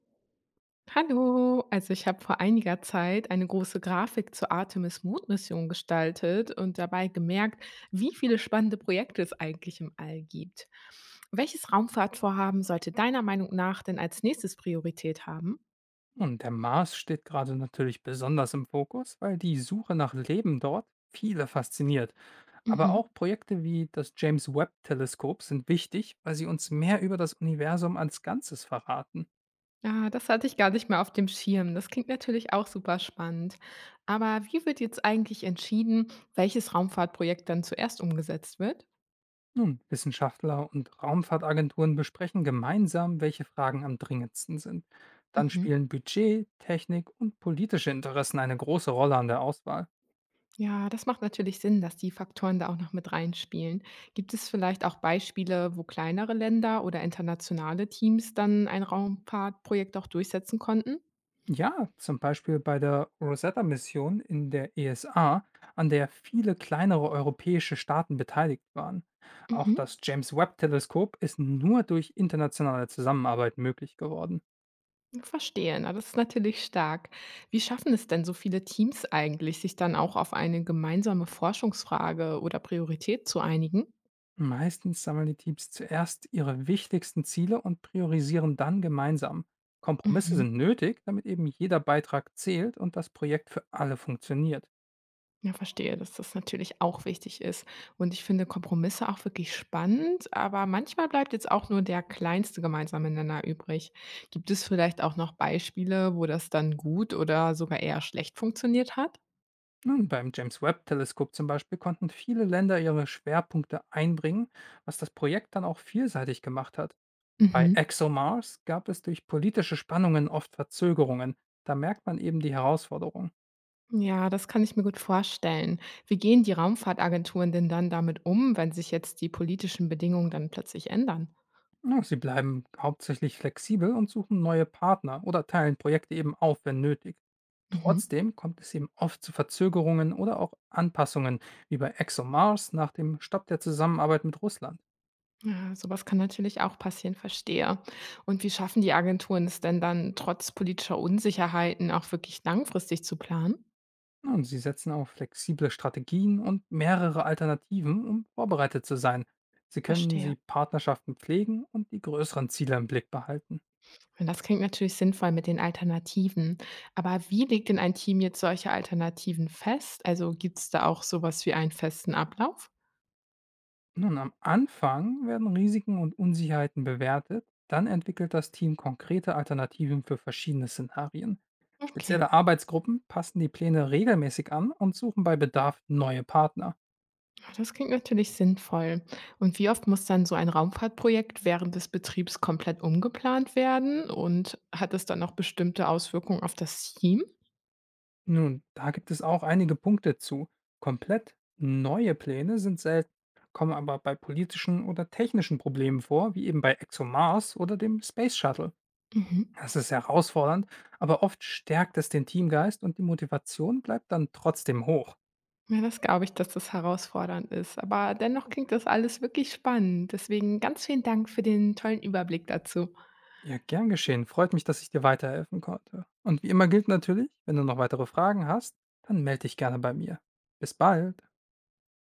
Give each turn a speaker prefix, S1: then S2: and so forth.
S1: Hallo, also ich habe vor einiger Zeit eine große Grafik zur Artemis Mondmission gestaltet und dabei gemerkt, wie viele spannende Projekte es eigentlich im All gibt. Welches Raumfahrtvorhaben sollte deiner Meinung nach denn als nächstes Priorität haben?
S2: Und der Mars steht gerade natürlich besonders im Fokus, weil die Suche nach Leben dort viele fasziniert. Aber
S1: Mhm.
S2: auch Projekte wie das James Webb-Teleskop sind wichtig, weil sie uns mehr über das Universum als Ganzes verraten.
S1: Ja, das hatte ich gar nicht mehr auf dem Schirm. Das klingt natürlich auch super spannend. Aber wie wird jetzt eigentlich entschieden, welches Raumfahrtprojekt dann zuerst umgesetzt wird?
S2: Nun, Wissenschaftler und Raumfahrtagenturen besprechen gemeinsam, welche Fragen am dringendsten sind. Dann
S1: Mhm.
S2: spielen Budget, Technik und politische Interessen eine große Rolle an der Auswahl.
S1: Ja, das macht natürlich Sinn, dass die Faktoren da auch noch mit reinspielen. Gibt es vielleicht auch Beispiele, wo kleinere Länder oder internationale Teams dann ein Raumfahrtprojekt auch durchsetzen konnten?
S2: Ja, zum Beispiel bei der Rosetta-Mission in der ESA, an der viele kleinere europäische Staaten beteiligt waren. Auch
S1: Mhm,
S2: das James Webb-Teleskop ist nur durch internationale Zusammenarbeit möglich geworden.
S1: verstehe. Na, das ist natürlich stark. Wie schaffen es denn so viele Teams eigentlich, sich dann auch auf eine gemeinsame Forschungsfrage oder Priorität zu einigen?
S2: Meistens sammeln die Teams zuerst ihre wichtigsten Ziele und priorisieren dann gemeinsam. Kompromisse
S1: Mhm.
S2: sind nötig, damit eben jeder Beitrag zählt und das Projekt für alle funktioniert.
S1: Ja, verstehe, dass das natürlich auch wichtig ist. Und ich finde Kompromisse auch wirklich spannend, aber manchmal bleibt jetzt auch nur der kleinste gemeinsame Nenner übrig. Gibt es vielleicht auch noch Beispiele, wo das dann gut oder sogar eher schlecht funktioniert hat?
S2: Nun, beim James Webb-Teleskop zum Beispiel konnten viele Länder ihre Schwerpunkte einbringen, was das Projekt dann auch vielseitig gemacht hat. Bei
S1: Mhm.
S2: ExoMars gab es durch politische Spannungen oft Verzögerungen. Da merkt man eben die Herausforderung.
S1: Ja, das kann ich mir gut vorstellen. Wie gehen die Raumfahrtagenturen denn dann damit um, wenn sich jetzt die politischen Bedingungen dann plötzlich ändern?
S2: Ja, sie bleiben hauptsächlich flexibel und suchen neue Partner oder teilen Projekte eben auf, wenn nötig.
S1: Mhm.
S2: Trotzdem kommt es eben oft zu Verzögerungen oder auch Anpassungen, wie bei ExoMars nach dem Stopp der Zusammenarbeit mit Russland.
S1: Ja, sowas kann natürlich auch passieren, verstehe. Und wie schaffen die Agenturen es denn dann, trotz politischer Unsicherheiten auch wirklich langfristig zu planen?
S2: Ja, und sie setzen auf flexible Strategien und mehrere Alternativen, um vorbereitet zu sein. Sie können
S1: Verstehe.
S2: sie Partnerschaften pflegen und die größeren Ziele im Blick behalten.
S1: Und das klingt natürlich sinnvoll mit den Alternativen. Aber wie legt denn ein Team jetzt solche Alternativen fest? Also gibt es da auch sowas wie einen festen Ablauf?
S2: Nun, am Anfang werden Risiken und Unsicherheiten bewertet, dann entwickelt das Team konkrete Alternativen für verschiedene Szenarien.
S1: Okay,
S2: Spezielle Arbeitsgruppen passen die Pläne regelmäßig an und suchen bei Bedarf neue Partner.
S1: das klingt natürlich sinnvoll. Und wie oft muss dann so ein Raumfahrtprojekt während des Betriebs komplett umgeplant werden? Und hat es dann auch bestimmte Auswirkungen auf das Team?
S2: Nun, da gibt es auch einige Punkte zu. Komplett neue Pläne sind selten, kommen aber bei politischen oder technischen Problemen vor, wie eben bei ExoMars oder dem Space Shuttle.
S1: Mhm.
S2: Das ist herausfordernd, aber oft stärkt es den Teamgeist und die Motivation bleibt dann trotzdem hoch.
S1: Ja, das glaube ich, dass das herausfordernd ist. Aber dennoch klingt das alles wirklich spannend. Deswegen ganz vielen Dank für den tollen Überblick dazu.
S2: Ja, gern geschehen. Freut mich, dass ich dir weiterhelfen konnte. Und wie immer gilt natürlich, wenn du noch weitere Fragen hast, dann melde dich gerne bei mir. Bis bald.